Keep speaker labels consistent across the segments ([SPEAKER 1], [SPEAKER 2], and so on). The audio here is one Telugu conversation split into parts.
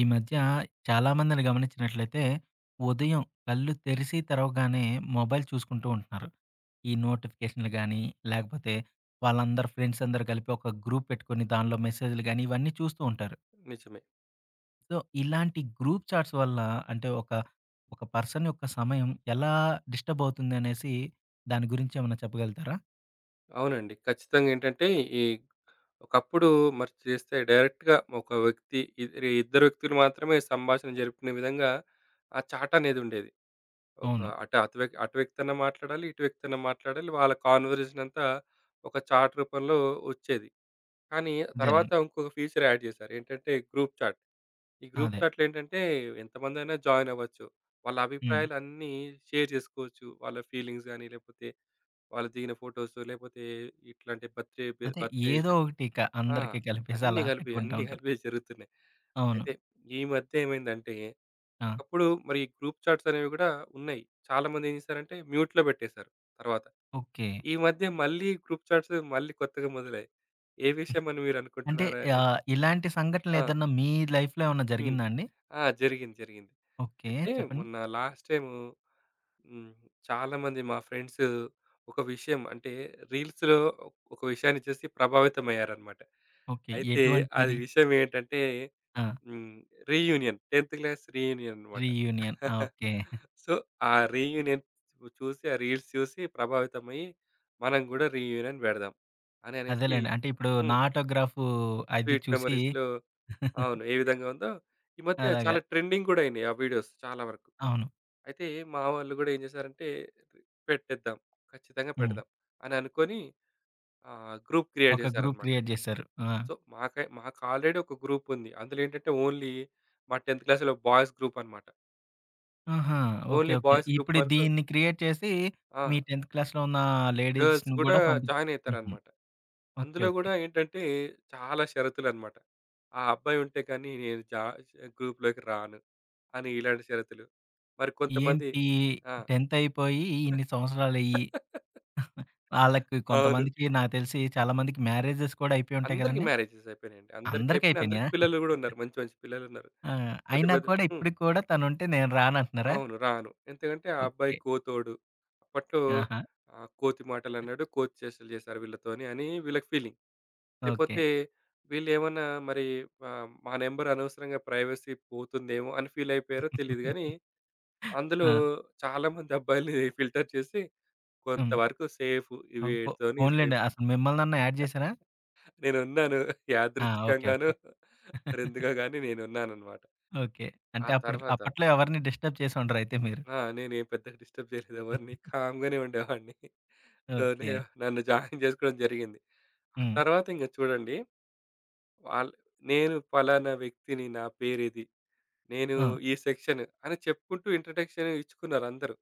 [SPEAKER 1] ఈ మధ్య చాలామందిని గమనించినట్లయితే, ఉదయం కళ్ళు తెరిసి తెరవగానే మొబైల్ చూసుకుంటూ ఉంటున్నారు. ఈ నోటిఫికేషన్‌లు గానీ, లేకపోతే వాళ్ళందరూ ఫ్రెండ్స్ అందరూ కలిపి ఒక గ్రూప్ పెట్టుకొని దానిలో మెసేజ్‌లు గానీ, ఇవన్నీ చూస్తూ ఉంటారు.
[SPEAKER 2] నిజమే.
[SPEAKER 1] సో, ఇలాంటి గ్రూప్ చాట్స్ వల్ల అంటే ఒక పర్సన్ యొక్క సమయం ఎలా డిస్టర్బ్ అవుతుందనేసి దాని గురించి ఏమన్నా చెప్పగలుగుతారా?
[SPEAKER 2] అవునండి, ఖచ్చితంగా ఏంటంటే, ఈ ఒకప్పుడు మరి చేస్తే డైరెక్ట్‌గా ఒక వ్యక్తి ఇద్దరు వ్యక్తులు మాత్రమే సంభాషణ జరుపుకునే విధంగా ఆ చాట్ అనేది ఉండేది. ఒక
[SPEAKER 1] అవును.
[SPEAKER 2] అటు అటు వ్యక్ అటు వ్యక్తన్నా మాట్లాడాలి, ఇటు వ్యక్తన్నా మాట్లాడాలి. వాళ్ళ కాన్వర్జేషన్ అంతా ఒక చాట్ రూపంలో వచ్చేది. కానీ తర్వాత
[SPEAKER 1] అదేనండి.
[SPEAKER 2] ఇంకొక ఫీచర్ యాడ్ చేశారు. ఏంటంటే గ్రూప్ చాట్. ఈ గ్రూప్
[SPEAKER 1] అదే.
[SPEAKER 2] చాట్‌లో ఏంటంటే ఎంతమందైనా జాయిన్ అవ్వచ్చు. వాళ్ళ
[SPEAKER 1] హ్మ్.
[SPEAKER 2] అభిప్రాయాలన్నీ షేర్ చేసుకోవచ్చు. వాళ్ళ ఫీలింగ్స్ గాని లేకపోతే వాళ్ళు దిగిన ఫోటోసు, లేపోతే ఇట్లాంటి
[SPEAKER 1] అదే,
[SPEAKER 2] బర్త్‌డే
[SPEAKER 1] ఏదో
[SPEAKER 2] విషెస్.
[SPEAKER 1] ఒకటి ఇక
[SPEAKER 2] ఆ!
[SPEAKER 1] అందరికీ కలిపేసి
[SPEAKER 2] అన్నీ
[SPEAKER 1] అలా
[SPEAKER 2] కలిపి,
[SPEAKER 1] పెట్టుకుంటా
[SPEAKER 2] అన్నీ
[SPEAKER 1] ఉంటారు.
[SPEAKER 2] కలిపి జరుగుతున్నాయి.
[SPEAKER 1] అవును.
[SPEAKER 2] అయితే ఈ మధ్య ఏమైందంటే,
[SPEAKER 1] ఆ!
[SPEAKER 2] ఒకప్పుడు మరి గ్రూప్ చాట్స్ అనేవి గూడా ఉన్నాయి. చాలామంది ఏం చేశారంటే మ్యూట్‌లో పెట్టేశారు తర్వాత.
[SPEAKER 1] ఓకే.
[SPEAKER 2] ఈ మధ్య మళ్ళీ గ్రూప్ చాట్స్ మళ్ళీ కొత్తగా మొదలయ్యాయి. ఏ విషయం అని మీరు
[SPEAKER 1] అంటే
[SPEAKER 2] అనుకుంటున్నారా?
[SPEAKER 1] ఇలాంటి
[SPEAKER 2] ఆ!
[SPEAKER 1] సంఘటనలేదన్నా మీ లైఫ్‌లో ఏమన్నా
[SPEAKER 2] హ్మ్.
[SPEAKER 1] జరిగిందా అండి?
[SPEAKER 2] ఆ! జరిగింది, జరిగింది.
[SPEAKER 1] ఓకే.
[SPEAKER 2] అయితే
[SPEAKER 1] చెప్పండి.
[SPEAKER 2] మొన్న లాస్ట్ టైము హ్మ్. చాలామంది మా ఫ్రెండ్స్ ఒక విషయం అంటే రీల్స్‌లో ఒక విషయాన్ని చూసి ప్రభావితమయ్యారన్నమాట.
[SPEAKER 1] ఓకే.
[SPEAKER 2] అయితే అది
[SPEAKER 1] ఎటువంటిది?
[SPEAKER 2] విషయం ఏంటంటే
[SPEAKER 1] ఆ!
[SPEAKER 2] హ్మ్. రీయూనియన్, 10థ్ క్లాస్ రీయూనియన్ అన్నమాట.
[SPEAKER 1] రీయూనియన్. ఆ! ఓకే.
[SPEAKER 2] సో, ఆ రీయూనియన్ చూసి, ఆ రీల్స్ చూసి ప్రభావితమయ్యి మనం గూడా రీయూనియన్ పెడదాం అని అనేసి
[SPEAKER 1] అదేలెండి. అంటే ఇప్పుడు నా
[SPEAKER 2] హ్మ్.
[SPEAKER 1] ఆటోగ్రాఫు అది
[SPEAKER 2] స్వీట్
[SPEAKER 1] చూసి
[SPEAKER 2] మెమోరీస్‌లో అవును, ఏ విధంగా ఉందో. ఈ మధ్య చాలా
[SPEAKER 1] అలాగా.
[SPEAKER 2] ట్రెండింగ్ గూడా అయినాయి ఆ వీడియోస్ చాలా వరకు.
[SPEAKER 1] అవును.
[SPEAKER 2] అయితే మా వాళ్ళు గూడా ఏం చేశారంటే పెట్టేద్దాం, ఖచ్చితంగా
[SPEAKER 1] హ్మ్.
[SPEAKER 2] పెడదాం అని అనుకోని గ్రూప్ క్రియేట్
[SPEAKER 1] ఒక గ్రూప్
[SPEAKER 2] చేశారన్నమాట.
[SPEAKER 1] క్రియేట్ జేశారు. ఆ!
[SPEAKER 2] సో, మాకు ఆల్రెడీ ఒక గ్రూప్ ఉంది. అందులో ఏంటంటే ఓన్లీ మా 10థ్ క్లాస్‌లో బాయ్స్ గ్రూప్ అన్నమాట.
[SPEAKER 1] ఆహా! Okay.
[SPEAKER 2] Only
[SPEAKER 1] okay.
[SPEAKER 2] Boys group
[SPEAKER 1] ఇప్పుడు
[SPEAKER 2] వరకు.
[SPEAKER 1] దీన్ని క్రియేట్ చేసి
[SPEAKER 2] ఆ!
[SPEAKER 1] మీ 10థ్ క్లాస్‌లో ఉన్న
[SPEAKER 2] గర్ల్స్
[SPEAKER 1] లేడీస్‌ని
[SPEAKER 2] కూడా
[SPEAKER 1] గూడా పంపి
[SPEAKER 2] జాయిన్
[SPEAKER 1] హుహు.
[SPEAKER 2] అయితారన్నమాట.
[SPEAKER 1] ఓకే.
[SPEAKER 2] అందులో
[SPEAKER 1] ఓకే.
[SPEAKER 2] కూడా ఏంటంటే చాలా షరతులన్నమాట. ఆ అబ్బాయి ఉంటే కానీ నేను జా గ్రూప్‌లోకి రాను అని ఇలాంటి షరతులు. మరి కొంతమంది
[SPEAKER 1] ఏంటి,
[SPEAKER 2] ఆ!
[SPEAKER 1] 10థ్ అయిపోయి ఇన్ని సంవత్సరాలయ్యి ఆళ్ళకి
[SPEAKER 2] అవును,
[SPEAKER 1] కొంతమందికి, నాకు తెలిసి చాలా మందికి మ్యారేజెస్ కూడా అయిపోయి ఉంటాయి
[SPEAKER 2] అందరికి
[SPEAKER 1] గదండీ!
[SPEAKER 2] మ్యారేజెస్ అయిపోయినాయండి. అందరికి
[SPEAKER 1] అందరికి
[SPEAKER 2] అయిపోయినాయి. అందరికి
[SPEAKER 1] అయిపోయినాయా?
[SPEAKER 2] పిల్లలు కూడా ఉన్నారు. మంచి మంచి పిల్లలున్నారు.
[SPEAKER 1] ఆ!
[SPEAKER 2] పెద్ద
[SPEAKER 1] అయినా
[SPEAKER 2] పెద్ద.
[SPEAKER 1] కూడా
[SPEAKER 2] హ్మ్.
[SPEAKER 1] ఇప్పటికి కూడా తనుంటే నేను రానంటున్నారా?
[SPEAKER 2] అవును, రాను, ఎందుకంటే ఆ అబ్బాయి
[SPEAKER 1] ఓకే.
[SPEAKER 2] కోతోడు అప్పట్లో.
[SPEAKER 1] ఆహా!
[SPEAKER 2] కోతి మాటలన్నాడు, కోతి చేష్టలు చేశారు వీళ్ళతోని అని వీళ్ళకి ఫీలింగ్.
[SPEAKER 1] ఓకే.
[SPEAKER 2] లేపోతే వీళ్ళేమన్నా మరి మా నంబర్ అనవసరంగా ప్రైవసీ పోతుందేమో అని ఫీల్ అయిపోయారో తెలీదు గానీ, అందులో
[SPEAKER 1] ఆ!
[SPEAKER 2] చాలామంది అబ్బాయిల్ని ఫిల్టర్ చేసి
[SPEAKER 1] హ్మ్.
[SPEAKER 2] కొంతవరకు సేఫు.
[SPEAKER 1] ఆహ్, పో
[SPEAKER 2] వీడితోని
[SPEAKER 1] పోనీలెండి.
[SPEAKER 2] సేఫ్.
[SPEAKER 1] అసలు మిమ్మల్నన్నా యాడ్ జేసారా?
[SPEAKER 2] నేనున్నాను
[SPEAKER 1] ఆ! ఓకే.
[SPEAKER 2] యాదృచ్చికంగానో
[SPEAKER 1] ఓకే.
[SPEAKER 2] మరెందుకో గానీ నేనున్నానన్నమాట.
[SPEAKER 1] ఓకే.
[SPEAKER 2] ఆ
[SPEAKER 1] అంటే
[SPEAKER 2] తర్వాత
[SPEAKER 1] అప్పట్లో ఎవరిని డిస్టర్బ్ చేసి ఉండరయితే మీరు.
[SPEAKER 2] ఆ! నేనేం పెద్దగా డిస్టర్బ్ చేయలేదు ఎవరిని. కామ్‌గానే ఉండేవాడిని. తోనే
[SPEAKER 1] ఓకే.
[SPEAKER 2] నన్ను జాయిన్ చేసుకోవడం జరిగింది. ఆ
[SPEAKER 1] హ్మ్.
[SPEAKER 2] తర్వాత ఇంక చూడండి వాళ్ళు నేను పలానా వ్యక్తిని, నా పేరిది, నేను
[SPEAKER 1] ఆ!
[SPEAKER 2] ఈ సెక్షన్ అని చెప్పుకుంటూ ఇంట్రడక్షన్ ఇచ్చుకున్నారందరూ.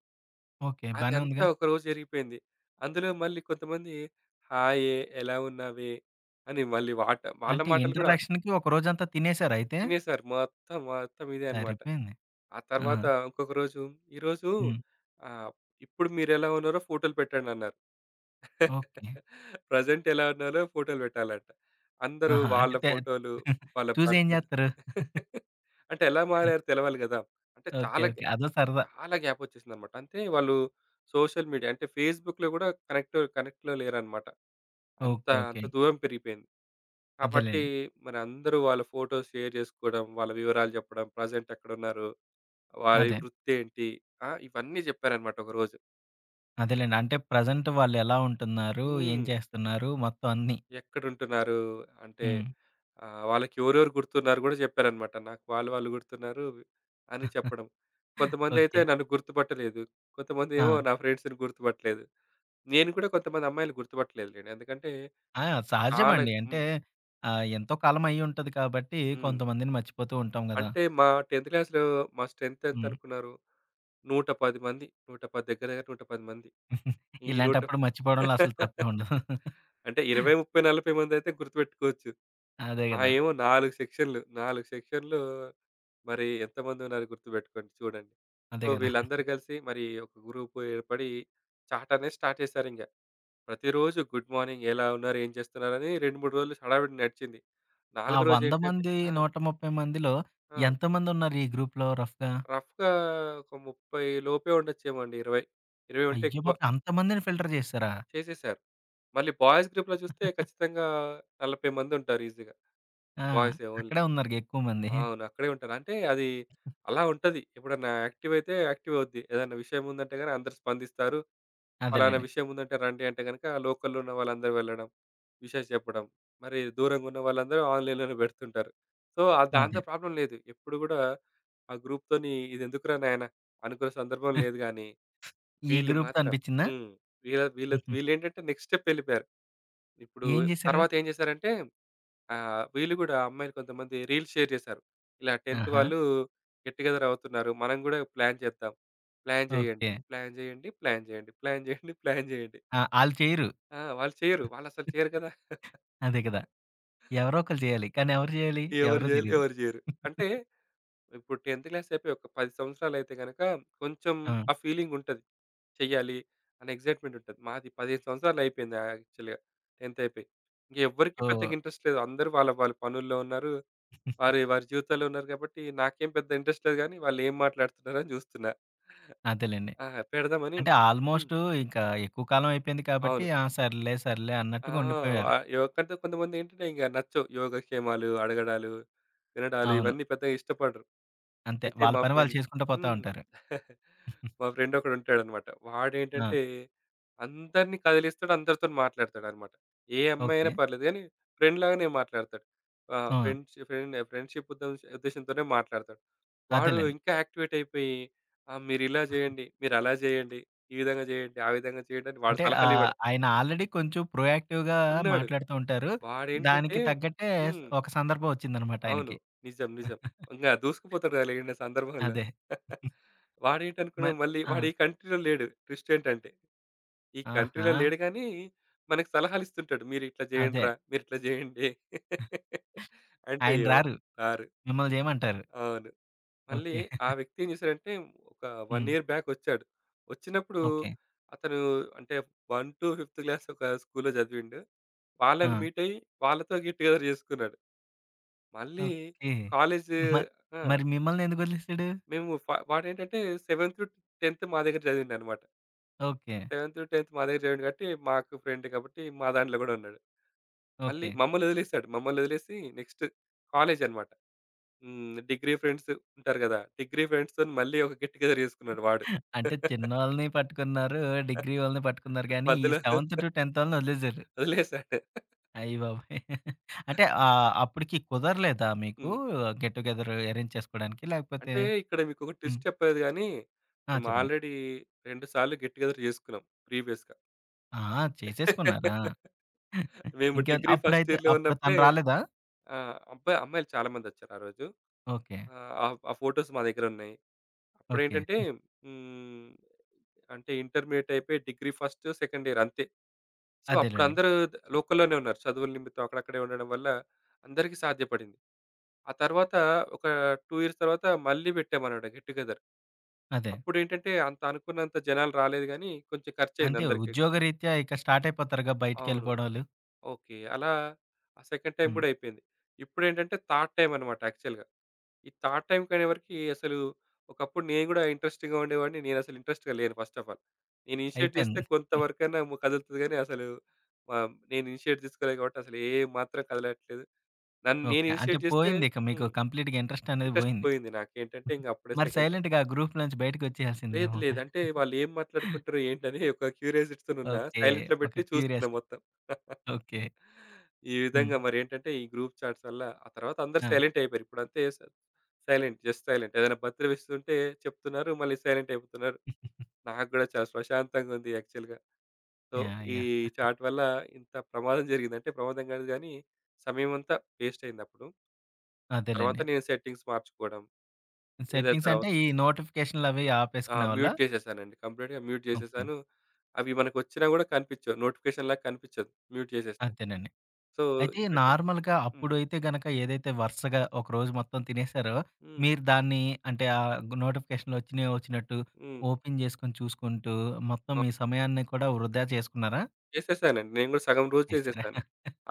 [SPEAKER 1] ఓకే.
[SPEAKER 2] అది
[SPEAKER 1] బానే
[SPEAKER 2] అంతా
[SPEAKER 1] ఉందిగా.
[SPEAKER 2] ఒకరోజు జరిగిపోయింది. అందులో మళ్ళీ కొంతమంది హాయే, ఎలా ఉన్నావే అని మళ్ళీ వాళ్ళ
[SPEAKER 1] అంటే
[SPEAKER 2] మాటలు కూడా
[SPEAKER 1] ఇంటరాక్షన్‌కి ఒక రోజంతా తినేసారా అయితే?
[SPEAKER 2] తినేసారు. మొత్తం, మొత్తం ఇదే అన్నమాట.
[SPEAKER 1] సరిపోయింది.
[SPEAKER 2] ఆ
[SPEAKER 1] ఆ!
[SPEAKER 2] తర్వాత ఇంకొక రోజు, "ఈరోజు
[SPEAKER 1] హ్మ్.
[SPEAKER 2] ఆహ్, ఇప్పుడు మీరెలా ఉన్నారో ఫోటోలు పెట్టండన్నారు."
[SPEAKER 1] ఓకే.
[SPEAKER 2] ప్రెజెంట్ ఎలా ఉన్నాలో ఫోటోలు పెట్టాలంట. అందరూ
[SPEAKER 1] ఆహా!
[SPEAKER 2] వాళ్ళ
[SPEAKER 1] అంటే తే
[SPEAKER 2] ఫోటోలు, వాళ్ళ
[SPEAKER 1] చూసి ఏం
[SPEAKER 2] భర్తలు
[SPEAKER 1] జేత్తరు?
[SPEAKER 2] అంటే ఎలా మారారో తెలవాలి గదా! అంటే
[SPEAKER 1] ఓకే.
[SPEAKER 2] చాలా
[SPEAKER 1] ఓకే.
[SPEAKER 2] గ్యా
[SPEAKER 1] అదో సరదా.
[SPEAKER 2] చాలా గ్యాప్ ఒచ్చేసిందన్నమాట. అంటే వాళ్ళు సోషల్ మీడియా అంటే ఫేస్‌బుక్‌లో గూడా కనెక్ట్‌లో లేరన్నమాట. అంత
[SPEAKER 1] ఓకే.
[SPEAKER 2] అంత
[SPEAKER 1] ఓకే.
[SPEAKER 2] దూరం పెరిగిపోయింది. కాబట్టి
[SPEAKER 1] అదేలెండి.
[SPEAKER 2] మరి అందరూ వాళ్ళ ఫోటోస్ షేర్ జేసుకోవడం, వాళ్ళ వివరాలు జెప్పడం, ప్రెజెంట్ ఎక్కడున్నారు, వారి
[SPEAKER 1] అదే.
[SPEAKER 2] వృత్తేంటి, ఆ! ఇవన్నీ జెప్పారన్నమాట ఒకరోజు.
[SPEAKER 1] అదేలెండి. అంటే ప్రెజెంట్ వాళ్ళెలా ఉంటున్నారు? ఏం
[SPEAKER 2] హ్మ్.
[SPEAKER 1] చేస్తున్నారు? మొత్తం అన్నీ.
[SPEAKER 2] ఎక్కడుంటున్నారు అంటే
[SPEAKER 1] హ్మ్.
[SPEAKER 2] ఆ! వాళ్ళకి ఎవరెవరు గుర్తున్నారు గూడా జెప్పారనమాట. నాకు వాళ్ళు వాళ్ళు గుర్తున్నారు అని చెప్పడం. కొంతమందయితే
[SPEAKER 1] ఓకే.
[SPEAKER 2] నన్ను గుర్తుపట్టలేదు.
[SPEAKER 1] ఆ!
[SPEAKER 2] కొంతమందేమో నా ఫ్రెండ్స్‌ని గుర్తుపట్టలేదు. నేను కూడా కొంతమంది అమ్మాయిలు గుర్తుపట్టలేదులెండి. ఎందుకంటే
[SPEAKER 1] ఆ!
[SPEAKER 2] చాలా
[SPEAKER 1] సహజమండి. అంటే
[SPEAKER 2] హ్మ్.
[SPEAKER 1] ఎంతో కాలం అయ్యుంటది కాబట్టి
[SPEAKER 2] హ్మ్.
[SPEAKER 1] కొంతమందిని మర్చిపోతూ ఉంటాం గదా!
[SPEAKER 2] అంటే మా 10థ్ క్లాస్‌లో మా స్ట్రెంత్
[SPEAKER 1] హ్మ్.
[SPEAKER 2] ఎంతనుకున్నారు? 110 మంది. 110 దగ్గర దగ్గర 110 మంది. ఈ నూట
[SPEAKER 1] ఇలాంటప్పుడు మర్చిపోవడంలో అసలు తప్పే ఉండదు.
[SPEAKER 2] అంటే 20, 30, 40 మందయితే గుర్తుపెట్టుకోవచ్చు.
[SPEAKER 1] అదే
[SPEAKER 2] ఆ!
[SPEAKER 1] గదా!
[SPEAKER 2] ఏమో 4 సెక్షన్‌లు, 4 సెక్షన్‌లు మరి ఎంతమంది ఉన్నారో గుర్తుపెట్టుకోండి చూడండి.
[SPEAKER 1] అదే
[SPEAKER 2] సో,
[SPEAKER 1] గదా!
[SPEAKER 2] వీళ్ళందరూ కలిసి మరి ఒక గ్రూప్ ఏర్పడి చాట్ అనేది స్టార్ట్ చేశారింక. ప్రతిరోజు గుడ్ మార్నింగ్, ఎలా ఉన్నారు, ఏం చేస్తున్నారని 2, 3 రోజులు హడావిడి నడిచింది.
[SPEAKER 1] ఆ
[SPEAKER 2] 4 రోజు
[SPEAKER 1] 100
[SPEAKER 2] ఏంటంటే
[SPEAKER 1] మంది,
[SPEAKER 2] ఆ!
[SPEAKER 1] 130 మందిలో
[SPEAKER 2] ఆ!
[SPEAKER 1] ఎంతమందున్నారు ఈ గ్రూప్‌లో రఫ్‌గా?
[SPEAKER 2] రఫ్‌గా ఒక 30 లోపే ఉండొచ్చేమో అండి. 20 ఉంటే
[SPEAKER 1] అయ్య
[SPEAKER 2] ఎక్కువ.
[SPEAKER 1] బాబోయ్! అంతమందిని ఫిల్టర్ చేసారా?
[SPEAKER 2] చేసేశారు. మళ్ళీ బాయ్స్ గ్రూప్‌లో చూస్తే ఖచ్చితంగా 40 మంది ఉంటారు ఈజీగా.
[SPEAKER 1] ఆ!
[SPEAKER 2] బాయ్సే ఓన్లీ.
[SPEAKER 1] అక్కడే ఉన్నారుగా ఎక్కువ మంది.
[SPEAKER 2] అవును, అక్కడే ఉంటాను. అంటే అది అలా ఉంటది. ఎప్పుడన్నా యాక్టివ్ అయితే యాక్టివ్ అవుద్ది. ఏదైనా విషయం ఉందంటే గనక అందరూ స్పందిస్తారు. పలానా
[SPEAKER 1] అదేలెండి.
[SPEAKER 2] విషయం ఉందంటే రండి అంటే గనక లోకల్‌లో ఉన్న వాళ్ళందరూ వెళ్ళడం, విషెస్ చెప్పడం. మరి దూరంగా ఉన్న వాళ్ళందరూ ఆన్‌లైన్‌లోనే పెడుతుంటారు. సో, దాంతో
[SPEAKER 1] అదే.
[SPEAKER 2] ప్రాబ్లమ్ లేదు. ఎప్పుడు గూడా ఆ గ్రూప్‌తోని ఇదెందుకురా నాయనా అనుకున్న సందర్భం లేదు గానీ,
[SPEAKER 1] ఈ
[SPEAKER 2] వీళ్ళు
[SPEAKER 1] గ్రూప్‌తో
[SPEAKER 2] మాత్రం
[SPEAKER 1] అనిపించిందా?
[SPEAKER 2] హ్మ్. వీళ్ళ వీళ్ళ
[SPEAKER 1] హుహు.
[SPEAKER 2] వీళ్ళేంటంటే నెక్స్ట్ స్టెప్ ఎళ్ళిపోయారు. ఇప్పుడు
[SPEAKER 1] ఏం చేశారు?
[SPEAKER 2] తర్వాత ఏం చేశారంటే ఆ! వీళ్ళు గూడా అమ్మాయిలు కొంతమంది రీల్స్ షేర్ చేశారు. ఇలా 10థ్
[SPEAKER 1] ఆహా!
[SPEAKER 2] వాళ్ళు గెట్ టుగెదర్ అవుతున్నారు, మనం గూడా ప్లాన్ చేద్దాం. ప్లాన్ చేయండి,
[SPEAKER 1] ఓకే.
[SPEAKER 2] ప్లాన్ చేయండి, ప్లాన్ చేయండి, ప్లాన్ చేయండి, ప్లాన్ చేయండి.
[SPEAKER 1] ఆ! ఆళ్ళు చేయరు.
[SPEAKER 2] ఆ! వాళ్ళు చేయరు. వాళ్ళసలు చేయరు కదా!
[SPEAKER 1] అదే కదా! ఎవరో ఒకళ్ళు చేయాలి. కానీ ఎవరు చేయాలి?
[SPEAKER 2] ఎవరు
[SPEAKER 1] ఎవరో
[SPEAKER 2] చేయాలి?
[SPEAKER 1] తెలీదు.
[SPEAKER 2] ఎవరు చేయరు. అంటే ఇప్పుడు 10థ్ క్లాస్ అయిపోయి ఒక 10 సంవత్సరాలయితే గనక కొంచెం
[SPEAKER 1] ఆ!
[SPEAKER 2] ఆ ఫీలింగ్ ఉంటది, చెయ్యాలి అనే ఎక్సైట్‌మెంట్ ఉంటది. మాది 15 సంవత్సరాలు అయిపోయింది యాక్చువల్‌గా 10థ్ అయిపోయి. ఇంక ఎవ్వరికీ పెద్దగా
[SPEAKER 1] సో,
[SPEAKER 2] ఇంట్రెస్ట్ లేదు. అందరూ వాళ్ళ వాళ్ళ పనుల్లో ఉన్నారు. వారి వారి జీవితాల్లో ఉన్నారు కాబట్టి నాకేం పెద్ద ఇంట్రెస్ట్ లేదు గానీ, వాళ్ళేం మాట్లాడుతున్నారని జూస్తున్నా.
[SPEAKER 1] అదేలెండి.
[SPEAKER 2] ఆ! పెడదామని
[SPEAKER 1] అంటే
[SPEAKER 2] హ్మ్.
[SPEAKER 1] ఆల్‌మోస్ట్ ఇంకా ఎక్కువ కాలం అయిపోయింది కాబట్టి
[SPEAKER 2] అవును.
[SPEAKER 1] ఆ! సర్లే, సర్లే
[SPEAKER 2] ఆ!
[SPEAKER 1] అన్నట్టుగా
[SPEAKER 2] వ
[SPEAKER 1] ఉండిపోయారు.
[SPEAKER 2] యోగంటే కొంతమందేంటంటే ఇంక నచ్చవు. యోగక్షేమాలు అడగడాలు, వినడాలు
[SPEAKER 1] అవును.
[SPEAKER 2] ఇవన్నీ పెద్దగా ఇష్టపడరు.
[SPEAKER 1] అంతే.
[SPEAKER 2] అయితే
[SPEAKER 1] వాళ్ళ
[SPEAKER 2] మా
[SPEAKER 1] పని వాళ్ళు
[SPEAKER 2] ఫ్రెండ్
[SPEAKER 1] చేసుకుంటూ పోతా
[SPEAKER 2] హ్మ్.
[SPEAKER 1] ఉంటారు.
[SPEAKER 2] మా ఫ్రెండ్ ఒకడుంటాడనమాట.
[SPEAKER 1] ఆ!
[SPEAKER 2] వాడేంటంటే అందరిని కదిలిస్తాడు, అందరితోని మాట్లాడతాడనమాట. ఏ అమ్మాయి అయినా
[SPEAKER 1] ఓకే.
[SPEAKER 2] పర్లేదు గానీ ఫ్రెండ్ లాగానే మాట్లాడతాడు. ఆహ్,
[SPEAKER 1] ఆ!
[SPEAKER 2] ఫ్రెండ్స్ ఫ్రెండ్ ఫ్రెండ్‌షిప్ ఉద్దేశంతోనే మాట్లాడతాడు. వాడు
[SPEAKER 1] అదేలెండి.
[SPEAKER 2] ఇంకా యాక్టివేట్ అయిపోయి మీరిలా జేయండి, మీరలా జేయండి, ఈ విధంగా జేయండి, ఆ విధంగా చేయండి అని వాడు
[SPEAKER 1] అంటే
[SPEAKER 2] సలహాలివ్వడు.
[SPEAKER 1] ఆయన ఆల్రెడీ కొంచెం ప్రొయాక్టివ్‌గా
[SPEAKER 2] ఉన్నాడు.
[SPEAKER 1] మాట్లాడుతూ ఉంటారు.
[SPEAKER 2] వాడేంటంటే
[SPEAKER 1] దానికి తగ్గట్టే
[SPEAKER 2] హ్మ్.
[SPEAKER 1] ఒక సందర్భం వచ్చిందనమాట
[SPEAKER 2] అవును,
[SPEAKER 1] ఆయనకి.
[SPEAKER 2] నిజం, నిజం. ఇంగ దూసుకుపోతాడు కదా లేని సందర్భంలో.
[SPEAKER 1] అదే.
[SPEAKER 2] వాడేటనుకున్నాం
[SPEAKER 1] మరి
[SPEAKER 2] మళ్ళీ
[SPEAKER 1] ఆ!
[SPEAKER 2] వాడు ఈ కంట్రీలో లేడు. ట్విస్ట్ ఏంటంటే, ఈ
[SPEAKER 1] ఆహా!
[SPEAKER 2] కంట్రీలో లేడు గానీ, మనకు సలహాలు ఇస్తుంటాడు. మీరిట్లా
[SPEAKER 1] అదే.
[SPEAKER 2] జేయండిరా, మీరిట్లా జేయండి. అంటే
[SPEAKER 1] ఆయన
[SPEAKER 2] ఎవరు
[SPEAKER 1] రారు.
[SPEAKER 2] రారు.
[SPEAKER 1] మిమ్మల్ని చేయమంటారు.
[SPEAKER 2] అవును. మళ్ళీ
[SPEAKER 1] ఓకే.
[SPEAKER 2] ఆ వ్యక్తి ఏం చేశాడంటే, ఒక 1
[SPEAKER 1] హ్మ్.
[SPEAKER 2] ఇయర్ బ్యాక్ వచ్చాడు. వచ్చినప్పుడు
[SPEAKER 1] ఓకే.
[SPEAKER 2] అతను అంటే 1-5థ్ క్లాస్ ఒక స్కూల్‌లో చదివిండు.
[SPEAKER 1] ఆ!
[SPEAKER 2] వాళ్ళని మీట్ అయ్యి, వాళ్ళతో గెట్ టుగెదర్ చేసుకున్నాడు. మళ్ళీ
[SPEAKER 1] ఓకే.
[SPEAKER 2] కాలేజు.
[SPEAKER 1] మ
[SPEAKER 2] ఆ!
[SPEAKER 1] మరి మిమ్మల్ని ఎందుకు వదిలేసాడు?
[SPEAKER 2] మేము ఫ వాడేంటంటే 7-10 మా దగ్గర చదివిండనమాట.
[SPEAKER 1] ఓకే.
[SPEAKER 2] సెవెంత్, 10థ్ మా దగ్గర చదివాడు కాబట్టి మాకు ఫ్రెండ్ కాబట్టి మా దాంట్లో గూడా ఉన్నాడు. మళ్ళీ
[SPEAKER 1] ఓకే.
[SPEAKER 2] మమ్మల్ని వదిలేసాడు. మమ్మల్ని వదిలేసి నెక్స్ట్ కాలేజ్ అన్నమాట. డిగ్రీ ఫ్రెండ్స్ ఉంటారు గదా! డిగ్రీ ఫ్రెండ్స్‌తోని మళ్ళీ ఒక గెట్ టుగెదర్ చేసుకున్నాడు వాడు.
[SPEAKER 1] అంటే చిన్నోళ్ళని పట్టుకున్నారు, డిగ్రీ వాళ్ళని పట్టుకున్నారు గానీ, ఈ
[SPEAKER 2] మధ్యలో
[SPEAKER 1] సెవెంత్ టు టెన్త్ వాళ్ళని వదిలేసారు.
[SPEAKER 2] వదిలేసాడు.
[SPEAKER 1] అయ్య బాబోయ్! అంటే అప్పటికి కుదరలేదా మీకు
[SPEAKER 2] హ్మ్.
[SPEAKER 1] గెట్ టు గెదర్ అరేంజ్ చేసుకోవడానికి? లేకపోతే
[SPEAKER 2] అంటే ఇక్కడ మీకొక
[SPEAKER 1] హ్మ్.
[SPEAKER 2] ట్విస్ట్ చెప్పలేదు గానీ,
[SPEAKER 1] ఆ!
[SPEAKER 2] మేము
[SPEAKER 1] చెప్పండి.
[SPEAKER 2] ఆల్రెడీ 2 సార్లు గెట్ టుగెదర్ చేసుకున్నాం ప్రీవియస్‌గా.
[SPEAKER 1] ఆ! చేసేసుకున్నారా?
[SPEAKER 2] మేము
[SPEAKER 1] ఇంకే
[SPEAKER 2] డిగ్రీ ఫస్ట్
[SPEAKER 1] అప్పుడైతే
[SPEAKER 2] ఇయర్‌లో
[SPEAKER 1] అప్పుడు
[SPEAKER 2] ఉన్నప్పుడే
[SPEAKER 1] తను రాలేదా?
[SPEAKER 2] ఆ! అబ్బాయి అమ్మాయిలు చాలా మందొచ్చారు ఆ రోజు.
[SPEAKER 1] ఓకే.
[SPEAKER 2] ఆ ఫోటోస్ మా దగ్గరున్నాయి.
[SPEAKER 1] ఓకే.
[SPEAKER 2] అప్పుడేంటంటే హ్మ్. అంటే ఇంటర్మీడియేట్ అయిపోయి డిగ్రీ ఫస్ట్, సెకండ్ ఇయర్ అంతే. సో,
[SPEAKER 1] అదేలెండి.
[SPEAKER 2] అప్పుడందరూ లోకల్‌లోనే ఉన్నారు. చదువుల నిమిత్తం అక్కడక్కడే ఉండడం వల్ల అందరికీ సాధ్యపడింది. ఆ తర్వాత ఒక 2 ఇయర్స్ తర్వాత మళ్ళీ పెట్టామన్నమాట గెట్ టుగెదర్.
[SPEAKER 1] అదే.
[SPEAKER 2] అప్పుడేంటంటే అంత అనుకున్నంత జనాలు రాలేదు గానీ కొంచెం ఖర్చయింది
[SPEAKER 1] అంటే
[SPEAKER 2] అందరికి.
[SPEAKER 1] ఉద్యోగరీత్యా ఇక స్టార్ట్ అయిపోతారుగా
[SPEAKER 2] అవును.
[SPEAKER 1] బయటికెళ్ళిపోవడాలు.
[SPEAKER 2] ఓకే. అలా ఆ సెకండ్ టైమ్
[SPEAKER 1] హ్మ్.
[SPEAKER 2] గూడా అయిపోయింది. ఇప్పుడేంటంటే థర్డ్ టైమ్ అన్నమాట యాక్చువల్‌గా. ఈ థర్డ్ టైమ్‌కి అనేవరకి అసలు ఒకప్పుడు నేను గూడా ఇంట్రెస్టింగ్‌గా ఉండేవాడిని. నేనసలు ఇంట్రెస్ట్‌గా లేను ఫస్ట్ ఆఫ్ ఆల్. నేను ఇనిషియేట్ చేస్తే
[SPEAKER 1] అయిపోయింది.
[SPEAKER 2] కొంతవరకైనా కదులుతది గానీ అసలు నేను ఇనిషియేట్ తీసుకోలేదు కాబట్టి అసలు ఏ మాత్రం కదలట్లేదు. నన్ను నేను
[SPEAKER 1] ఓకే. అంటే
[SPEAKER 2] ఇనిషియేట్ చేస్తే
[SPEAKER 1] పోయిందిక మీకు
[SPEAKER 2] హ్మ్.
[SPEAKER 1] కంప్లీట్‌గా ఇంట్రెస్ట్ అనేది
[SPEAKER 2] ఇంట్రెస్ట్
[SPEAKER 1] పోయింది.
[SPEAKER 2] పోయింది నాకేంటంటే ఇంక అప్పుడే
[SPEAKER 1] మరి
[SPEAKER 2] సెకండ్ టైమ్.
[SPEAKER 1] సైలెంట్‌గా ఆ గ్రూప్ నుంచి బయటకొచ్చేయాల్సిందిగా.
[SPEAKER 2] లేదు, లేదు. అంటే వాళ్ళేం మాట్లాడుకుంటారు ఏంటని ఒక క్యూరియాసిటీతోనున్న
[SPEAKER 1] ఓకే.
[SPEAKER 2] సైలెంట్‌లో
[SPEAKER 1] ఒక
[SPEAKER 2] పెట్టి చూస్తున్నా
[SPEAKER 1] క్యూరియాసిటీ.
[SPEAKER 2] మొత్తం.
[SPEAKER 1] ఓకే.
[SPEAKER 2] ఈ
[SPEAKER 1] హ్మ్.
[SPEAKER 2] విధంగా మరేంటంటే ఈ గ్రూప్ చాట్స్ వల్ల ఆ తర్వాత అందరూ
[SPEAKER 1] ఆ!
[SPEAKER 2] సైలెంట్ అయిపోయారు. ఇప్పుడంతే స సైలెంట్. Just silent. ఏదైనా బర్త్‌డే విష్ ఉంటే చెప్తున్నారు. మళ్ళీ సైలెంట్ అయిపోతున్నారు. నాకు గూడా చాలా ప్రశాంతంగా ఉంది యాక్చువల్‌గా. So,
[SPEAKER 1] yeah!
[SPEAKER 2] ఈ
[SPEAKER 1] యాహ్!
[SPEAKER 2] చాట్ వల్ల ఇంత ప్రమాదం జరిగిందంటే ప్రమాదం గాదు గానీ, సమయమంతా వేస్ట్ అయిందప్పుడు. తర్వాత
[SPEAKER 1] అదేలెండి.
[SPEAKER 2] నేను సెట్టింగ్స్ మార్చుకోవడం. ఏదైతే
[SPEAKER 1] సెట్టింగ్స్ అంటే
[SPEAKER 2] అవస
[SPEAKER 1] ఈ నోటిఫికేషన్‌లవి
[SPEAKER 2] ఆ!
[SPEAKER 1] ఆపేసుకునేవాళ్ళా?
[SPEAKER 2] మ్యూట్ చేసేసానండి. కంప్లీట్‌గా మ్యూట్
[SPEAKER 1] ఓకే.
[SPEAKER 2] చేసేసాను. అవి మనకొచ్చినా గూడా కనిపించవు. నోటిఫికేషన్‌లాగా కనిపించదు మ్యూట్ చేసేస్తే.
[SPEAKER 1] అంతేనండి.
[SPEAKER 2] సో,
[SPEAKER 1] అయితే
[SPEAKER 2] ఇవి పెట్టేసాను.
[SPEAKER 1] నార్మల్‌గా
[SPEAKER 2] హ్మ్.
[SPEAKER 1] అప్పుడైతే గనక ఏదైతే వరుసగా ఒక రోజు మొత్తం తినేసారో,
[SPEAKER 2] హ్మ్.
[SPEAKER 1] మీరు దాన్ని అంటే నోటిఫికేషన్‌లు వచ్చినయి వచ్చినట్టు
[SPEAKER 2] హ్మ్.
[SPEAKER 1] ఓపెన్ చేసుకొని చూసుకుంటూ, మొత్తం మీ సమయాన్ని కూడా వృధా చేసుకున్నారా?
[SPEAKER 2] చేసేసానండి. నేను గూడా సగం రోజు
[SPEAKER 1] చేసారా?
[SPEAKER 2] చేసేసాను.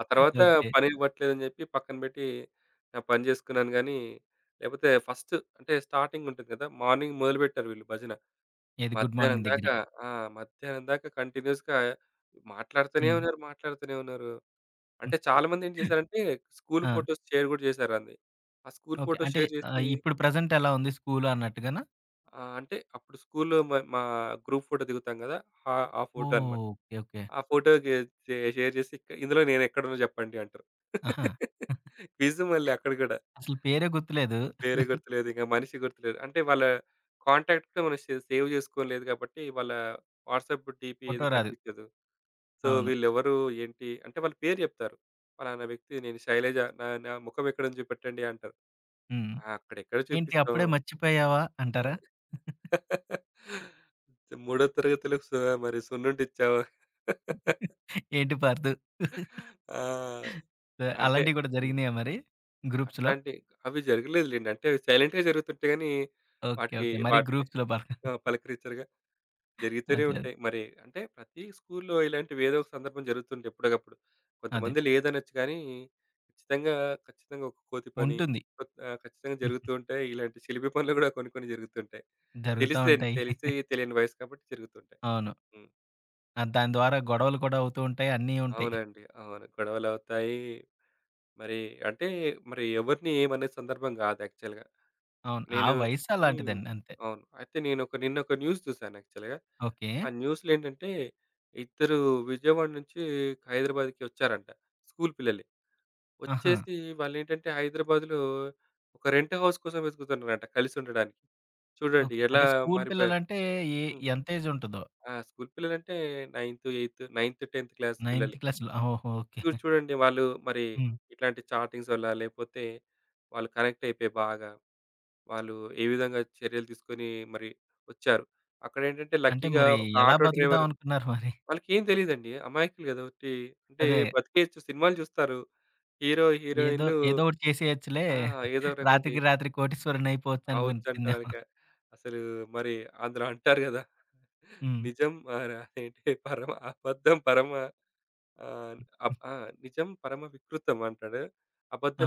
[SPEAKER 2] ఆ తర్వాత
[SPEAKER 1] ఓకే.
[SPEAKER 2] పని ఇవ్వట్లేదని జెప్పి పక్కన బెట్టి, నా పని జేసుకున్నాను గానీ, లేపోతే ఫస్ట్ అంటే స్టార్టింగ్ ఉంటుంది గదా! మార్నింగ్ మొదలుబెట్టారు వీళ్ళు భజన.
[SPEAKER 1] ఏది గుడ్
[SPEAKER 2] మధ్యాహ్నం
[SPEAKER 1] మార్నింగ్ దగ్గర.
[SPEAKER 2] దాకా ఆ! మధ్యాహ్నం దాకా కంటిన్యూయస్‌గా మాట్లాడుతూనే
[SPEAKER 1] హ్మ్.
[SPEAKER 2] ఉన్నారు, మాట్లాడుతూనే ఉన్నారు.
[SPEAKER 1] హ్మ్.
[SPEAKER 2] అంటే చాలా మందేం చేశారంటే, స్కూల్
[SPEAKER 1] ఆ!
[SPEAKER 2] ఫోటోస్ షేర్ గూడా జేశారండి. ఆ స్కూల్
[SPEAKER 1] ఓకే.
[SPEAKER 2] ఫోటో
[SPEAKER 1] అంటే
[SPEAKER 2] షేర్ జేసి
[SPEAKER 1] ఇప్పుడు ప్రెజెంట్ ఎలా ఉంది స్కూలు అన్నట్టుగానా?
[SPEAKER 2] అంటే అప్పుడు స్కూల్‌లో మా గ్రూప్ ఫోటో దిగుతాం గదా! ఆ ఆ ఫోటో
[SPEAKER 1] ఓహ్!
[SPEAKER 2] అన్నమాట.
[SPEAKER 1] ఓకే. ఓకే.
[SPEAKER 2] ఆ ఫోటోకి షేర్ చేసి ఇందులో నేనెక్కడున్నా చెప్పండి అంటారు.
[SPEAKER 1] ఆహా!
[SPEAKER 2] క్విజ్ మళ్ళీ అక్కడ కూడా.
[SPEAKER 1] అసలు పేరే గుర్తులేదు.
[SPEAKER 2] పేరే గుర్తులేదు. ఇంక మనిషి గుర్తులేదు. అంటే వాళ్ళ కాంటాక్ట్ కూడా మనం సేవ్ చేసుకోలేదు కాబట్టి వాళ్ళ వాట్సాప్ డీపీ ఏది
[SPEAKER 1] ఫోటో రాదు.
[SPEAKER 2] కనిపించదు. సో,
[SPEAKER 1] అవును.
[SPEAKER 2] వీళ్ళెవరు? ఏంటి? అంటే వాళ్ళ పేరు చెప్తారు. పలానా వ్యక్తి, నేను శైలజ, నా నా ముఖం ఎక్కడుంది చూపెట్టండి అంటారు.
[SPEAKER 1] హ్మ్.
[SPEAKER 2] ఆ! అక్కడెక్కడ
[SPEAKER 1] ఏంటి
[SPEAKER 2] చూపిస్తాం.
[SPEAKER 1] అప్పుడే మర్చిపోయావా
[SPEAKER 2] ఆ!
[SPEAKER 1] అంటారా?
[SPEAKER 2] మూడో తరగతిలో సు మరి సున్నుండిచ్చావా?
[SPEAKER 1] ఏంటి పార్దు?
[SPEAKER 2] ఆ!
[SPEAKER 1] సో,
[SPEAKER 2] అంటే
[SPEAKER 1] అలాంటివి కూడా
[SPEAKER 2] హ్మ్.
[SPEAKER 1] జరిగినాయా మరి గ్రూప్స్‌లో?
[SPEAKER 2] అట్లాంటి అవి జరగలేదులెండి. అంటే అవి సైలెంట్‌గా జరుగుతుంటాయి గానీ,
[SPEAKER 1] ఓకే.
[SPEAKER 2] వాటికి
[SPEAKER 1] ఓకే. మరి
[SPEAKER 2] వాటిని
[SPEAKER 1] గ్రూప్స్‌లో పా
[SPEAKER 2] ఆ! పలకరించరుగా. జరుగుతూనే
[SPEAKER 1] అదే. అదే.
[SPEAKER 2] ఉంటాయి. మరి అంటే ప్రతి స్కూల్‌లో ఇలాంటివి ఏదో ఒక సందర్భం జరుగుతుండే ఎప్పటికప్పుడు.
[SPEAKER 1] అదే.
[SPEAKER 2] కొంతమంది లేదనొచ్చు కానీ, ఖచ్చితంగా, ఖచ్చితంగా ఒక కోతి పని
[SPEAKER 1] ఉంటుంది.
[SPEAKER 2] ఖచ్చితంగా
[SPEAKER 1] హ్మ్.
[SPEAKER 2] జరుగుతూ ఉంటాయి. ఇలాంటి చిలిపి పనులు గూడా కొన్ని కొన్ని జరుగుతుంటాయి.
[SPEAKER 1] జరుగుతా
[SPEAKER 2] తెలిసే
[SPEAKER 1] ఉంటాయి.
[SPEAKER 2] తెలిసి తెలియని వయసు కాబట్టి జరుగుతుంటాయి.
[SPEAKER 1] అవును.
[SPEAKER 2] హ్మ్.
[SPEAKER 1] దాని ద్వారా గొడవలు కూడా అవుతూ ఉంటాయి. అన్నీ ఉంటాయి.
[SPEAKER 2] అవునండి, అవును, గొడవలవుతాయి. మరి అంటే మరి ఎవరిని ఏమనే సందర్భం గాదు యాక్చువల్‌గా.
[SPEAKER 1] అవును. ఆ
[SPEAKER 2] నేను
[SPEAKER 1] వయసు
[SPEAKER 2] హ్మ్.
[SPEAKER 1] అలాంటిదండి అంతే.
[SPEAKER 2] అవును. అయితే నిన్నొక న్యూస్ చూసాను యాక్చువల్‌గా.
[SPEAKER 1] ఓకే.
[SPEAKER 2] ఆ న్యూస్‌లో ఏంటంటే, ఇద్దరు విజయవాడ నుంచి హైదరాబాద్‌కి వచ్చారంట. స్కూల్ పిల్లలే.
[SPEAKER 1] ఆహా!
[SPEAKER 2] వచ్చేసి వాళ్ళేంటంటే హైదరాబాద్‌లో ఒక రెంట్ హౌస్ కోసం వెతుకుతున్నారంట కలిసి ఉండడానికి. చూడండి
[SPEAKER 1] ఓకే.
[SPEAKER 2] ఎలా
[SPEAKER 1] అంటే స్కూలు
[SPEAKER 2] మారిపోయారు.
[SPEAKER 1] పిల్లలంటే ఏ
[SPEAKER 2] హ్మ్.
[SPEAKER 1] ఎంత ఏజ్ ఉంటదో?
[SPEAKER 2] ఆ! స్కూల్ పిల్లలంటే 9త్, 10త్ క్లాస్
[SPEAKER 1] నైన్త్
[SPEAKER 2] పిల్లలే.
[SPEAKER 1] క్లాస్‌లో ఓహో! ఓకే.
[SPEAKER 2] మీరు చూడండి వాళ్ళు మరి
[SPEAKER 1] హ్మ్.
[SPEAKER 2] ఇట్లాంటి చాటింగ్స్ వల్ల లేకపోతే వాళ్ళు కనెక్ట్ అయిపోయి బాగా వాళ్ళు ఏ విధంగా చర్యలు తీసుకొని మరి వచ్చారు. అక్కడేంటంటే
[SPEAKER 1] అంటే
[SPEAKER 2] లక్కీగా
[SPEAKER 1] మరి
[SPEAKER 2] ఒక
[SPEAKER 1] ఎలా
[SPEAKER 2] ఆటో
[SPEAKER 1] బతుకుదాం
[SPEAKER 2] డ్రైవర్.
[SPEAKER 1] అనుకున్నారు మరి?
[SPEAKER 2] వాళ్ళకేం తెలీదండి, అమాయకులు కదా! ఒట్టి అంటే
[SPEAKER 1] అదే.
[SPEAKER 2] బతికే చు సినిమాలు చూస్తారు. హీరో,
[SPEAKER 1] ఏదో
[SPEAKER 2] హీరోయిన్‌లు.
[SPEAKER 1] ఏదో ఒకటి చేసేయొచ్చులే.
[SPEAKER 2] ఆ! ఏదో ఒక రకం
[SPEAKER 1] రాత్రికి
[SPEAKER 2] చేయొచ్చు.
[SPEAKER 1] రాత్రి కోటీశ్వరుడిని అయిపోవచ్చు
[SPEAKER 2] అవచ్చంట
[SPEAKER 1] అనిపించిందేమో.
[SPEAKER 2] వాళ్ళకి. అసలు మరి అందులో అంటారు కదా!
[SPEAKER 1] హ్మ్.
[SPEAKER 2] నిజం ఆహ్, అదేంటి పరమ అబద్ధం పరమ ఆహ్, అబ్ ఆ! నిజం పరమ వికృతం అంటాడు.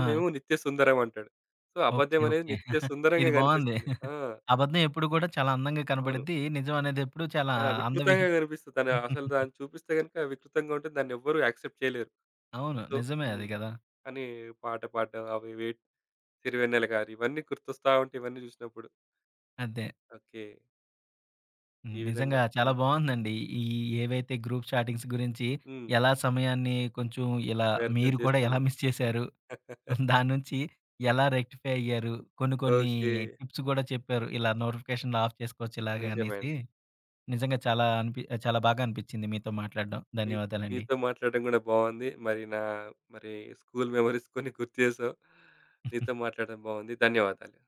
[SPEAKER 1] ఆ!
[SPEAKER 2] నిత్య సుందరం అంటాడు. సో,
[SPEAKER 1] ఓకే.
[SPEAKER 2] అబద్ధం అనేది
[SPEAKER 1] ఓకే.
[SPEAKER 2] నిత్య
[SPEAKER 1] ఇది
[SPEAKER 2] సుందరంగా
[SPEAKER 1] బావుంది.
[SPEAKER 2] కనిపిస్తుంది. ఆ!
[SPEAKER 1] అబద్ధం ఎప్పుడు కూడా చాలా అందంగా
[SPEAKER 2] అవును.
[SPEAKER 1] కనపడిద్ది. నిజం అనేది ఎప్పుడు చాలా
[SPEAKER 2] ఆ!
[SPEAKER 1] అందవిహి
[SPEAKER 2] వికృతంగా కనిపిస్తది. తను అసలు దాన్ని చూపిస్తే గనుక వికృతంగా ఉంటే దాన్నెవ్వరు యాక్సెప్ట్ చేయలేరు.
[SPEAKER 1] అవును.
[SPEAKER 2] సో
[SPEAKER 1] నిజమే అది
[SPEAKER 2] హ్మ్.
[SPEAKER 1] గదా!
[SPEAKER 2] అని పాట పాడడం అవి ఇవి, సిరివెన్నెల గారు ఇవన్నీ గుర్తొస్తా ఉంటాయి ఇవన్నీ చూసినప్పుడు.
[SPEAKER 1] అదే.
[SPEAKER 2] ఓకే.
[SPEAKER 1] హ్మ్.
[SPEAKER 2] ఈ విధంగా
[SPEAKER 1] నిజంగా చాలా
[SPEAKER 2] హ్మ్.
[SPEAKER 1] బావుందండి. ఈ ఏవైతే గ్రూప్ చాటింగ్స్ గురించి
[SPEAKER 2] హ్మ్.
[SPEAKER 1] ఎలా సమయాన్ని కొంచెం ఇలా
[SPEAKER 2] వ్యర్థం
[SPEAKER 1] మీరు కూడా ఎలా
[SPEAKER 2] చేస్తున్నాయి.
[SPEAKER 1] మిస్ చేశారు? దాని నుంచి ఎలా రెక్టిఫై అయ్యారు? కొన్ని కొన్ని
[SPEAKER 2] ఓకే.
[SPEAKER 1] టిప్స్ గూడా చెప్పారు. ఇలా నోటిఫికేషన్‌లు ఆఫ్ చేసుకోవచ్చు ఇలాగ
[SPEAKER 2] నిజమే
[SPEAKER 1] అనేసి.
[SPEAKER 2] అండి.
[SPEAKER 1] నిజంగా చాలా చాలా బాగా అనిపిచ్చింది మీతో మాట్లాడడం.
[SPEAKER 2] మీ
[SPEAKER 1] ధన్యవాదాలండి.
[SPEAKER 2] మీతో మాట్లాడడం కూడా బావుంది. మరి స్కూల్ మెమోరీస్ కొన్ని గుర్తు చేసావు. నీతో మాట్లాడడం బావుంది. ధన్యవాదాలు.